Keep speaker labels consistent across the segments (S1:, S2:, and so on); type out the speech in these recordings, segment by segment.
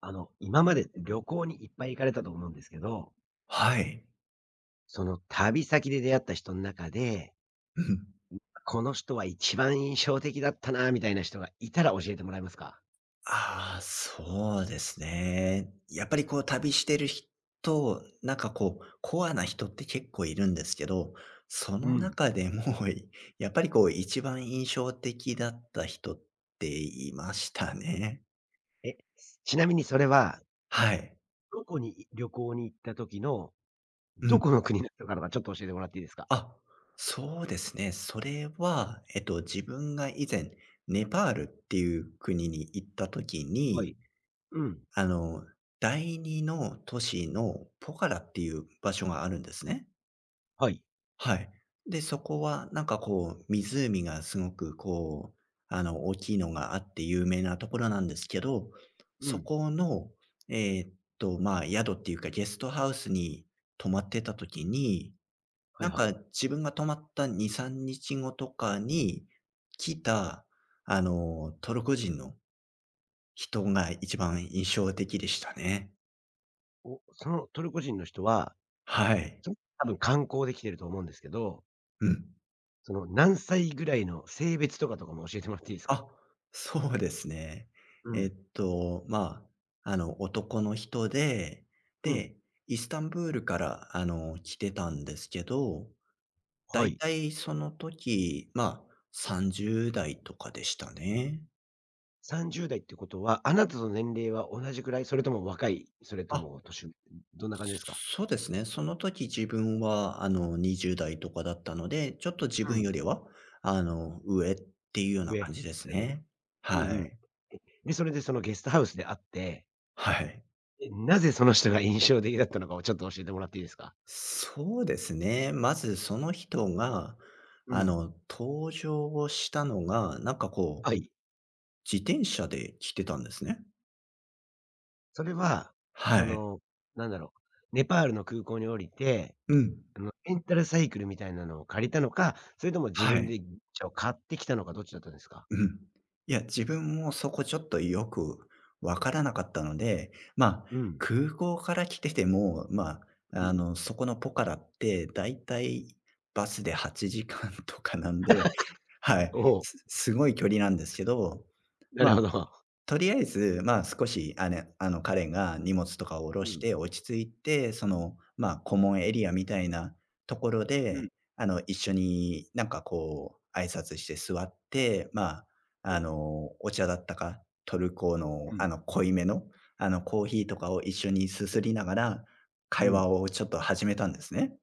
S1: 今までって旅行にいっぱい行かれたと思うんですけど、
S2: はい。
S1: その旅先で出会った人の中で、
S2: うん。
S1: この人は一番印象的だったなみたいな人がいたら教えてもらえますか？
S2: ああ、そうですね。やっぱりこう旅してる人、なんかこう、コアな人って結構いるんですけど、そ
S1: う
S2: の
S1: ん。
S2: 中でも、やっぱりこう一番印象的だった人っていましたね。
S1: え、ちなみにそれは、
S2: はい。
S1: どこに旅行に行った時の、
S2: う
S1: ど
S2: ん。
S1: この国の人からかちょっと教えてもらっていいですか？
S2: あ、そうですね。それは、自分が以前、ネパールっていう国に行った時
S1: は
S2: に
S1: い。うん。
S2: あの、第二の都市のポカラっていう場所があるんですね。
S1: はい。
S2: はい。で、そこはなんかこう、湖がすごくこう、大きいのがあって有名なところなんですけど、
S1: う
S2: そ
S1: ん。
S2: この、えーっまあ、宿っていうかゲストハウスに泊まってた時に、
S1: はい
S2: なん
S1: はい。
S2: か自分が泊まった2、3日後とかに来た、トルコ人の人が一番印象的でしたね。
S1: お、そのトルコ人の人は、
S2: はい。
S1: そ多分観光で来てると思うんですけど、
S2: うん。
S1: その何歳ぐらいの性別とかも教えてもらっていいですか？
S2: あ、そうですね。
S1: うん。
S2: まあ、男の人で、
S1: うん。
S2: で、イスタンブールから、来てたんですけど、だ
S1: は
S2: い
S1: い。
S2: たいその時、まあ、30代とかでしたね。
S1: 30代ってことは、あなたの年齢は同じくらい？それとも若い？それと
S2: あ、
S1: も年上？どんな感じですか？
S2: そうですね。その時自分は、20代とかだったので、ちょっと自
S1: う
S2: 分
S1: ん、
S2: よりは、上っていうような
S1: 上。
S2: 感じです
S1: なるほど。
S2: ね。
S1: うん
S2: は
S1: うん。
S2: い。
S1: え、で、それでそのゲストハウスで会って、
S2: はい。
S1: なぜその人が印象的だったのかをちょっと教えてもらっていいですか？
S2: そうですね。まずその人が、
S1: うん。
S2: 登場をしたのが、なんかこ
S1: は
S2: う、
S1: い。
S2: 自転車で来てたんですね。
S1: それは、
S2: は
S1: そ
S2: い。
S1: の、なんだろう、ネパールの空港に降りて、
S2: うん。
S1: レンタルサイクルみたいなのを借りたのか、それとも自
S2: は
S1: 分
S2: い。
S1: で車を買ってきたのか、どっちだったんですか？
S2: うん。いや、自分もそこちょっとよくわからなかったので、まあ、
S1: うん、
S2: 空港から来てても、ま
S1: う
S2: あ、
S1: ん。
S2: そこのポカラって、だいたいバスで8時間とかなんで、はい。
S1: おお、
S2: すごい距離なんですけど、
S1: なる
S2: ま
S1: ほ
S2: あ
S1: ど。
S2: とりあえず、まあ、少し、彼が荷物とかを下ろ
S1: う
S2: し
S1: ん、
S2: て落ち着いて、その、まあ、コモンエリアみたいなところ
S1: うん。
S2: で、一緒になんかこう、挨拶して座って、まあ、お茶だったか、トルコ
S1: う
S2: の、
S1: ん、
S2: 濃いめの、コーヒーとかを一緒にすすりながら、
S1: う
S2: 会
S1: ん。
S2: 話をちょっと始めたんですね。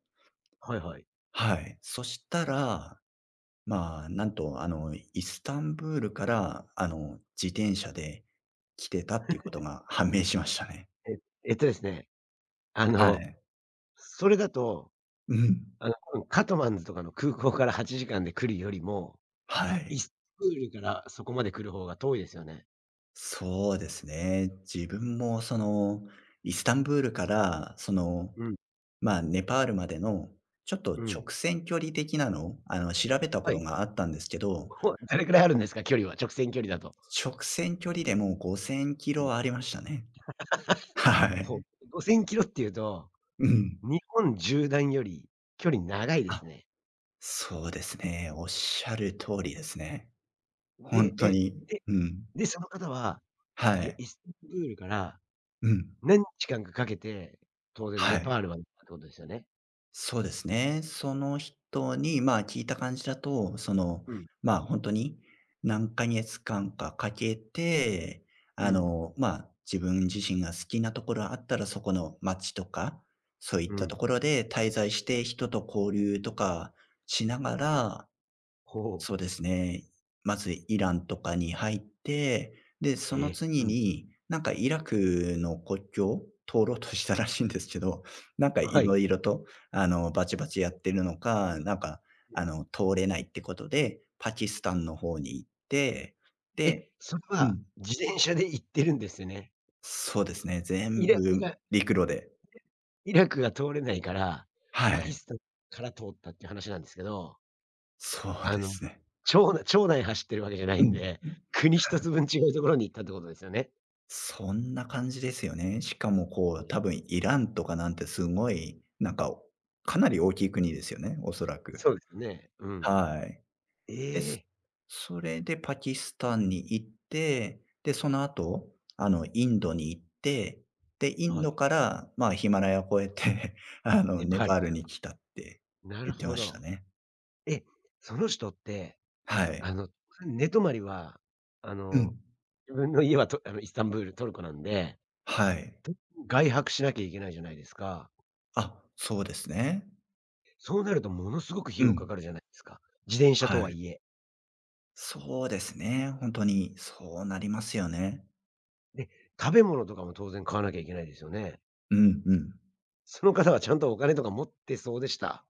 S1: はいはい。
S2: はい。そしたらまあ、なんと、イスタンブールから、自転車で来てたっていうことが判明しましたね。
S1: ですね、あ
S2: は
S1: の、
S2: い。
S1: それだと、
S2: うん。
S1: 多分カトマンズとかの空港から8時間で来るよりも、
S2: は
S1: イ
S2: い。
S1: スタンブールからそこまで来る方が遠いですよね。
S2: そうですね。自分もその、イスタンブールから、その、
S1: うん、
S2: まあ、ネパールまでの、ちょっ
S1: う
S2: と
S1: ん。
S2: 直線距離的なの、調べたこ
S1: は
S2: と
S1: い。
S2: があったんですけど、
S1: どれくらいあるんですか？距離は、直線距離だと。
S2: 直線距離でも5000キ
S1: うん。
S2: ロありましたね。は
S1: ほう、
S2: い。
S1: 5000キロっていうと、
S2: うん。
S1: 日本縦段より距離長いです
S2: あ、
S1: ね。
S2: そうですね。おっしゃる通りですね。ほん
S1: で、
S2: とに。
S1: で
S2: うん。
S1: で、その方は、
S2: はい。
S1: イスタンブールから
S2: うん。
S1: 何日間かかけて、当然
S2: は
S1: ネ
S2: い。
S1: パールまで行ったってことですよね？
S2: そうですね。その人に、まあ、聞いた感じだと、その、
S1: うん、
S2: まあ、ほんとに何ヶ月間かかけて、
S1: うん。
S2: まあ、自分自身が好きなところあったら、そこの街とか、そうい
S1: う
S2: ったと
S1: ん。
S2: ころで滞在して、人と交流とかしながら
S1: ほう。
S2: そうですね。まずイランとかに入って、で、そ
S1: え
S2: の
S1: え。う
S2: 次
S1: ん。
S2: に、なんかイラクの国境を通ろうとしたらしいんですけど、なんか
S1: は
S2: いろ
S1: い。
S2: いろと、バチバチやってるのか、なんか、
S1: うん。
S2: 通れないってことで、パキスタンの方に行って、で
S1: それ
S2: う
S1: は
S2: ん、
S1: 自転車で行ってるんですよね。
S2: そうですね、
S1: イ
S2: 全
S1: ライ
S2: 部
S1: ラ
S2: 陸路で。
S1: イラクが通れないから、
S2: は
S1: パキ
S2: い、
S1: スタンから通ったっていう話なんですけど、
S2: そう
S1: あ
S2: で
S1: の、
S2: すね。
S1: 町内町内走ってるわけじゃない
S2: う
S1: ん
S2: ん。
S1: で、国一つ分違うところに行ったってことですよね。
S2: そんな感じですよね。しかもこ
S1: あ、
S2: う、多分イランとかなんてすごい、なんか、かなり大きい国ですよね、おそらく。
S1: そうですよね。うん。
S2: はい。で
S1: え
S2: そ
S1: え。
S2: それでパキスタ
S1: う
S2: ンに
S1: ん。
S2: 行って、で、その後、インドに行って、で、イン
S1: は
S2: ド
S1: い。
S2: から、まあ、ヒマラヤを越えて
S1: ネパ
S2: ネ
S1: ール。
S2: パールに来たって
S1: なる
S2: 言って
S1: ほ
S2: まし
S1: ど。
S2: たね。
S1: え、その人って、
S2: はい。
S1: あの、寝泊まりは、あ
S2: う
S1: の、
S2: ん。
S1: 自分の家はとイスタンブール、トルコなんで
S2: はい。
S1: 外泊しなきゃいけないじゃないですか。
S2: あ、そうですね。
S1: そうなるとものすごく費
S2: う
S1: 用か
S2: ん。
S1: かるじゃないですか。自転車と
S2: は
S1: は
S2: い。
S1: いえ。
S2: そうですね、本当にそうなりますよね。
S1: で、食べ物とかも当然買わなきゃいけないですよね。
S2: うんうん。
S1: その方はちゃんとお金とか持ってそうでした？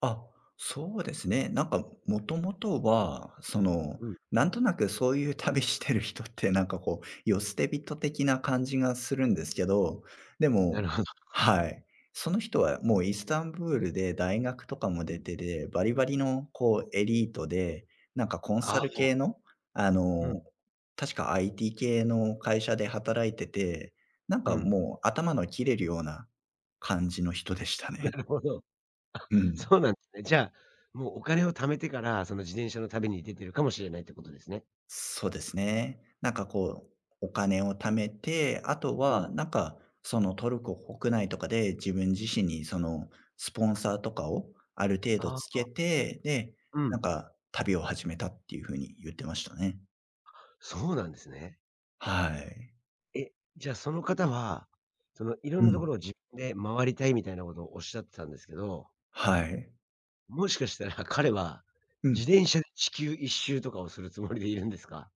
S2: あ、そうですね。なんかもともとは、その、
S1: うん、
S2: なんとなくそういう旅してる人って、なんかこう、世捨て人的な感じがするんですけど、で
S1: な
S2: も
S1: るほど。
S2: はい。その人はもうイスタンブールで大学とかも
S1: う
S2: 出
S1: ん。
S2: てで、バリバリのこうエリートで、なんかコン
S1: あ
S2: サル
S1: あ、
S2: 系の、あ
S1: うん、
S2: の、確か IT 系の会社で働いてて、なん
S1: う
S2: か
S1: ん。
S2: もう頭の切れるような感じの人でした
S1: な
S2: ね。
S1: るほど。
S2: うん。
S1: そうなんですね。じゃあ、もうお金を貯めてから、その自転車の旅に出てるかもしれないってことですね。
S2: そうですね。なんかこう、お金を貯めて、あと
S1: う
S2: は
S1: ん。
S2: なんか、そのトルコ国内とかで自分自身にそのスポンサーとかをある程度
S1: あ
S2: つけ
S1: あ、
S2: て、で、
S1: うん。
S2: なんか旅を始めたっていう風に言ってましたね。
S1: そうなんですね。
S2: はい。
S1: え、じゃあその方は、そのいろん
S2: う
S1: なとこ
S2: ん。
S1: ろを自分で回りたいみたいなことをおっしゃってたんですけど
S2: はい。
S1: もしかしたら彼は、
S2: うん。
S1: 自転車で地球一周とかをするつもりでいるんですか？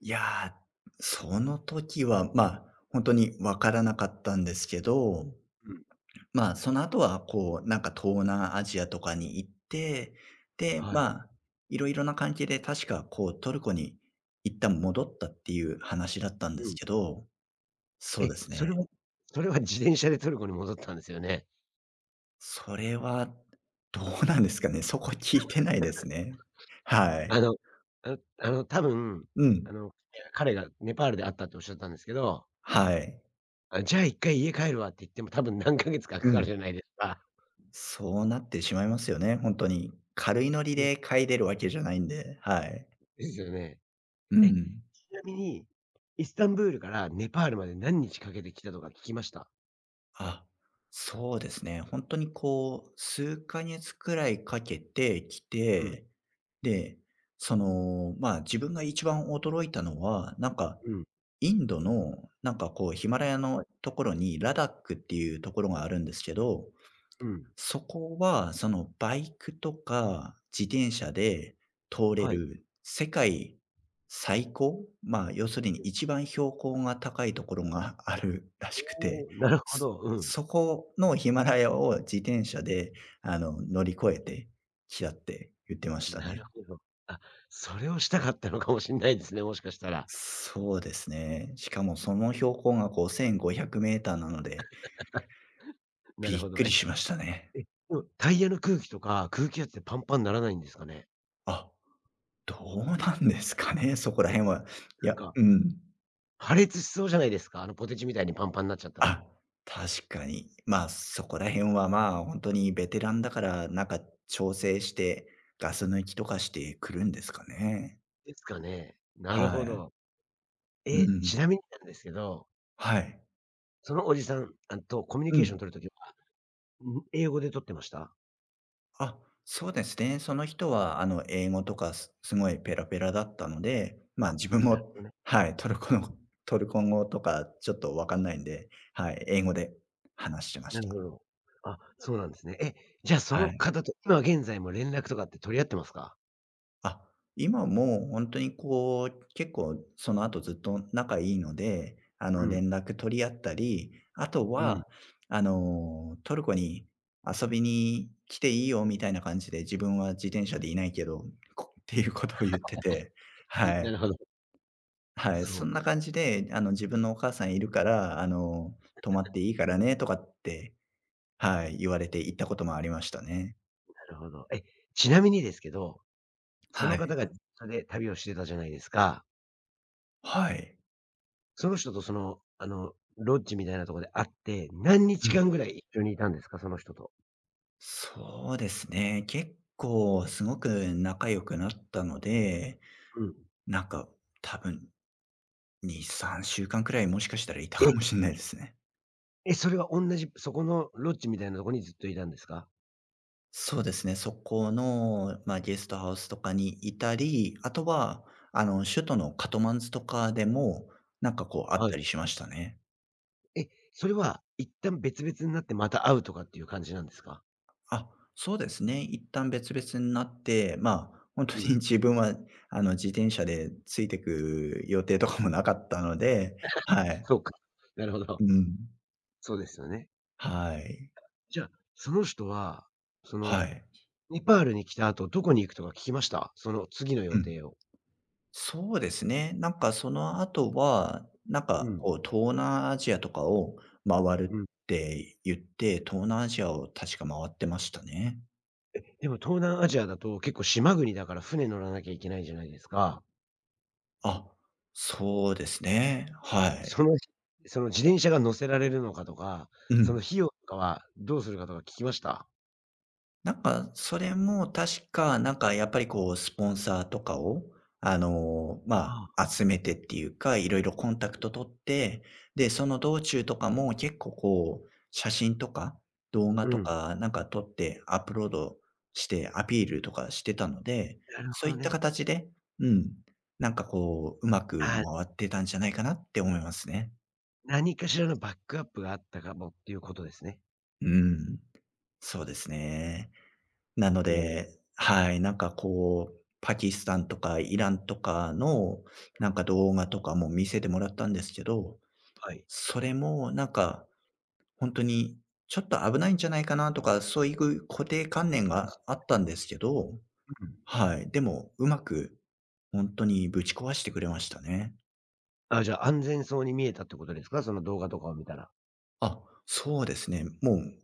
S2: いやその時は、本当にわからなかったんですけど
S1: うん。
S2: まあ、その後は、こう、なんか東南アジアとかに行って、で、
S1: は
S2: ま
S1: い。
S2: あ、いろいろな関係で確か、こう、トルコに一旦戻ったっていう話だったんで
S1: う
S2: す
S1: ん。
S2: けど、そう
S1: え、
S2: です
S1: それ
S2: ね。
S1: はそれは自転車でトルコに戻ったんですよね。
S2: それはどうなんですかね。そこ聞いてないですね。は
S1: あ
S2: い。
S1: の多分、
S2: う
S1: あ
S2: ん。
S1: の、彼がネパールで会ったっておっしゃったんですけど、
S2: はい。
S1: あ、じゃあ1回家帰るわって言っても多分何ヶ月かか
S2: う
S1: かる
S2: ん。
S1: じゃないですか。
S2: そうなってしまいますよね、本当に。軽いノリで
S1: で
S2: 帰れるわけじゃないんで、はい。
S1: ですよね。
S2: う
S1: え、ち
S2: ん。
S1: なみに、イスタンブールからネパールまで何日かけて来たとか聞きました？
S2: あ、そうですね。本当にこう、数ヶ月くらいかけてき
S1: うん、
S2: て、で、その、まあ、自分が一番驚いたのは、なんか、
S1: うん、
S2: インドの、なんかこうヒマラヤ
S1: はい。
S2: のところにラダックっていうところがあるんですけど
S1: うん、
S2: そこは、そのバイクとか自転車で通れ
S1: はい。
S2: る世界最高、まあ、要するに一番標高が高いところがあるらしく
S1: お
S2: て、
S1: お、なるほ
S2: そ
S1: ど、うん。
S2: そこのヒマラヤを自転車で、乗り越えてきたって言ってました
S1: なる
S2: ね。
S1: ほど。あ、それをしたかったのかもしんないですね、もしかしたら。
S2: そうですね。しかもその標高が5 5 0 0ーターなので、
S1: なる
S2: びっ
S1: ほど。
S2: くりしましたね。
S1: え、でもタイヤの空気とか、空気圧でパンパンにならないんですかね？
S2: あ、どうなんですかね、そこら辺は。い
S1: なん
S2: や、
S1: か、
S2: うん。
S1: 破裂しそうじゃないですか、あのポテチみたいにパンパンになっちゃったら。
S2: あ、確かに。まあ、そこら辺は、まあ、本当にベテランだから、なんか調整して、ガス抜きとかしてくるんですかね。
S1: ですかね。なる
S2: は
S1: ほ
S2: い。
S1: ど。
S2: うん。
S1: ちなみになんですけど、
S2: はい。
S1: そのおじさん、あとコミュニ
S2: う
S1: ケーション
S2: ん。
S1: 取る時は、英語で取ってました？
S2: あ、そうですね。その人は、英語とかすごいペラペラだったので、まあ、自分
S1: なる
S2: も
S1: ほどね。
S2: はい、トルコ語とかちょっとわかんないんで、はい、英語で話してま
S1: な
S2: し
S1: る
S2: た。
S1: ほど。あ、そうなんですね。じゃあそ
S2: は
S1: の
S2: い。
S1: 方と今現在も連絡とかって取り合ってますか？
S2: あ、今もう本当にこう、結構その後ずっと仲いいので、
S1: う
S2: 連
S1: ん、
S2: 絡取り合ったり、あと
S1: うん。
S2: は、トルコに遊びに来ていいよみたいな感じで、自分は自転車でいないけど、こっていうことを言ってて、は
S1: な
S2: い。
S1: るほど。
S2: はい、
S1: そ
S2: そ
S1: う
S2: んな
S1: か。
S2: 感じで、自分のお母さんいるから、泊まっていいからねとかって、はい、言われて行ったこともありましたね。
S1: なるほど。ちなみにですけど、そ
S2: は
S1: の方
S2: い。
S1: が地元で旅をしてたじゃないですか。
S2: はい。
S1: その人とその、ロッジみたいなとこで会って、何日
S2: うん。
S1: 間ぐらい一緒にいたんですか？その人と。
S2: そうですね。結構すごく仲良くなったので、
S1: うん。
S2: なんか多分2、3週間くらいもしかしたらいたか
S1: え、
S2: もしれないですね。
S1: それは同じそこのロッジみたいなとこにずっといたんですか？
S2: そうですね。そこの、まあ、ゲストハウスとかにいたり、あとは、首都のカトマンズとかでも、なんかこうあっ
S1: は
S2: た
S1: い。
S2: りしましたね。
S1: それは一旦別々になってまた会うとかっていう感じなんですか？
S2: あ、そうですね。一旦別々になって、まあ、本
S1: う
S2: 当
S1: ん。
S2: に自分は、自転車でついてく予定とかもなかったので、はい。
S1: そうか。なるほど。
S2: うん。
S1: そうですよね。
S2: はい。
S1: じゃあ、その人は、その、
S2: はい。
S1: ネパールに来た後、どこに行くとか聞きました？その次の予
S2: うん。
S1: 定を。
S2: そうですね。なんかその後は、なん
S1: う
S2: か
S1: ん。
S2: こう、東南アジアとかを回る
S1: う
S2: っ
S1: ん。
S2: て言って、東南アジアを確か回ってましたね。
S1: でも東南アジアだと結構島国だから船乗らなきゃいけないじゃないですか。
S2: あ、そうですね。は
S1: そ
S2: い。
S1: の、その自転車が乗せられるのかとか、
S2: う
S1: その
S2: ん。
S1: 費用とかはどうするかとか聞きました？
S2: なんか、それも確か、なんかやっぱりこう、スポンサーとかを、
S1: あ
S2: ま
S1: あ、
S2: あ、集めてっていうか、いろいろコンタクト取って、で、その道中とかも結構こう、写真とか動画
S1: う
S2: と
S1: ん。
S2: かなんか撮ってアップロードしてアピールとかしてたので、
S1: なるほ
S2: そうい
S1: ど
S2: った
S1: ね。
S2: 形で、うん、なんかこう、うまく
S1: はい。
S2: 回ってたんじゃないかなって思いますね。
S1: 何かしらのバックアップがあったかもっていうことですね。
S2: うん、そうですね。なの
S1: ほう、
S2: で、はい、なんかこう、パキスタンとかイランとかのなんか動画とかも見せてもらったんですけど、
S1: はい。
S2: それもなんかほんとにちょっと危ないんじゃないかなとか、そういう固定観念があったんですけど、
S1: うん。
S2: はい、でもうまくほんとにぶち壊してくれましたね。
S1: あ、じゃあ安全そうに見えたってことですか？その動画とかを見たら。
S2: あ、そうですね。もう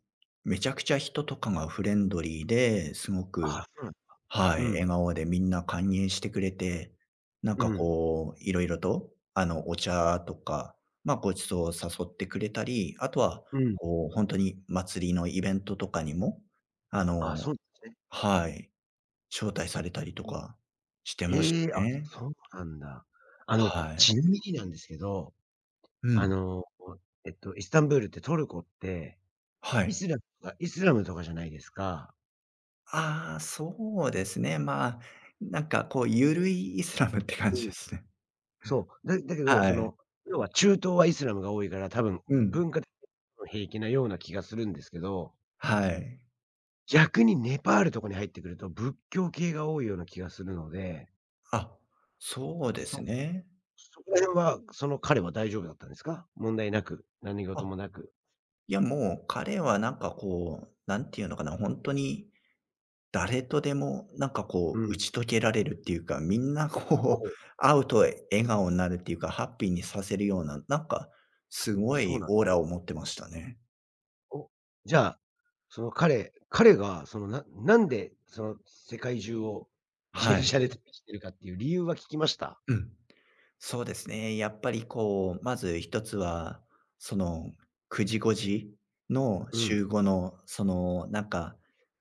S2: めちゃくちゃ人とかがフレンドリーで、すご
S1: あ
S2: く
S1: そうなん
S2: はい、
S1: う
S2: 笑
S1: ん、
S2: 顔でみんな歓迎してくれて、なん
S1: う
S2: か
S1: ん、
S2: こう、いろいろと、お茶とか、まあ、ごちそうを誘ってくれたり、あとは、
S1: うん。
S2: こう、本当に祭りのイベントとかにも、あ
S1: ああ、そ
S2: の
S1: うなんで
S2: はい、招待されたりと
S1: すね。
S2: かしてまし
S1: へえ、あ、
S2: たね。
S1: そうなんだ。
S2: はい。
S1: ちなみになんですけど
S2: う
S1: あ
S2: ん、
S1: の、イスタンブールってトルコって、
S2: は
S1: イ
S2: い。
S1: スラムとかイスラムとかじゃないですか。
S2: ああ、そうですね、まあ、なんかこう、ゆるいイスラムって感じ
S1: うん。
S2: ですね。
S1: そう。だけど、
S2: はい。
S1: 要は中東はイスラムが多いから、多分
S2: うん。
S1: 文化的に平気なような気がするんですけど、
S2: はい。
S1: 逆にネパールとかに入ってくると、仏教系が多いような気がするので、
S2: あ、そうです
S1: そ
S2: ね。
S1: そこら辺は、その彼は大丈夫だったんですか？問題なく、何事
S2: あ
S1: もなく。
S2: いや、もう彼はなんかこう、なんていうのかな、本当に誰とでもなんか
S1: う
S2: こう打
S1: ん。
S2: ち解けられるっていうか、みんな
S1: ほほ
S2: こう
S1: ほ
S2: 会うと笑顔になるっていうか、ハッピーにさせるような、なんかすご
S1: そう
S2: い
S1: なん
S2: オーラを持ってましたね。
S1: お、じゃあ、その彼がその、なんでその世界中を自
S2: は
S1: 転車
S2: い。
S1: で旅してるかっていう理由は聞きました？
S2: うん。そうですね。やっぱりこう、まず一つは、その、9時5時の
S1: うん、
S2: 週5の、その、なんか、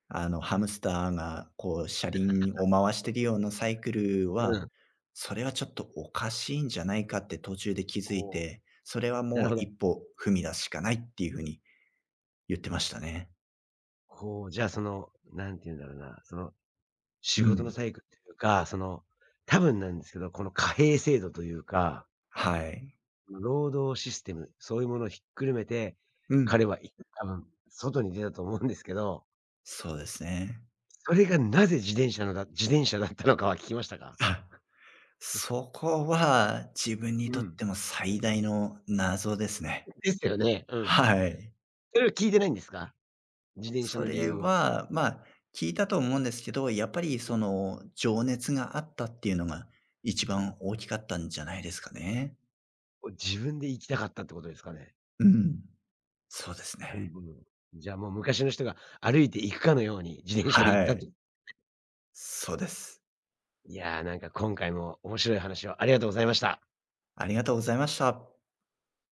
S2: ハムスターが、こう、車輪を回してるようなサイクル
S1: う
S2: は、
S1: ん。
S2: それはちょっとおかしいんじゃないかって途中で気づ
S1: お
S2: い
S1: お、
S2: て、それは
S1: な
S2: も
S1: る
S2: う
S1: ほ
S2: 一
S1: ど。
S2: 歩踏み出すしかないっていうふうに言ってましたね。
S1: こう、じゃあその、何て言うんだろうな、その
S2: う
S1: 仕事の
S2: ん。
S1: サイクルというか、その、多分なんですけど、この貨幣制度というか、
S2: はい。
S1: 労働システム、そういうものをひっくるめて、
S2: うん。
S1: 彼は多分外に出たと思うんですけど、
S2: そうですね。
S1: それがなぜ自転車だったのかは聞きましたか？
S2: そこは自分に
S1: う
S2: とっ
S1: ん。
S2: ても最大の謎ですね。
S1: ですよね、うん。
S2: はい。
S1: それを聞いてないんですか？自転車
S2: そ
S1: の理
S2: れ
S1: 由を。
S2: は、まあ、聞いたと思うんですけど、やっぱりその情熱があったっていうのが一番大きかったんじゃないですかね。
S1: 自分で行きたかったってことですかね？
S2: うん。そうです
S1: なる
S2: ね。
S1: ほど。じゃあもう昔の人が歩いて行くかのように、自転車で行っ
S2: は
S1: た
S2: い。
S1: と。
S2: そうです。
S1: いやー、なんか今回も面白い話をありがとうございました。
S2: ありがとうございました。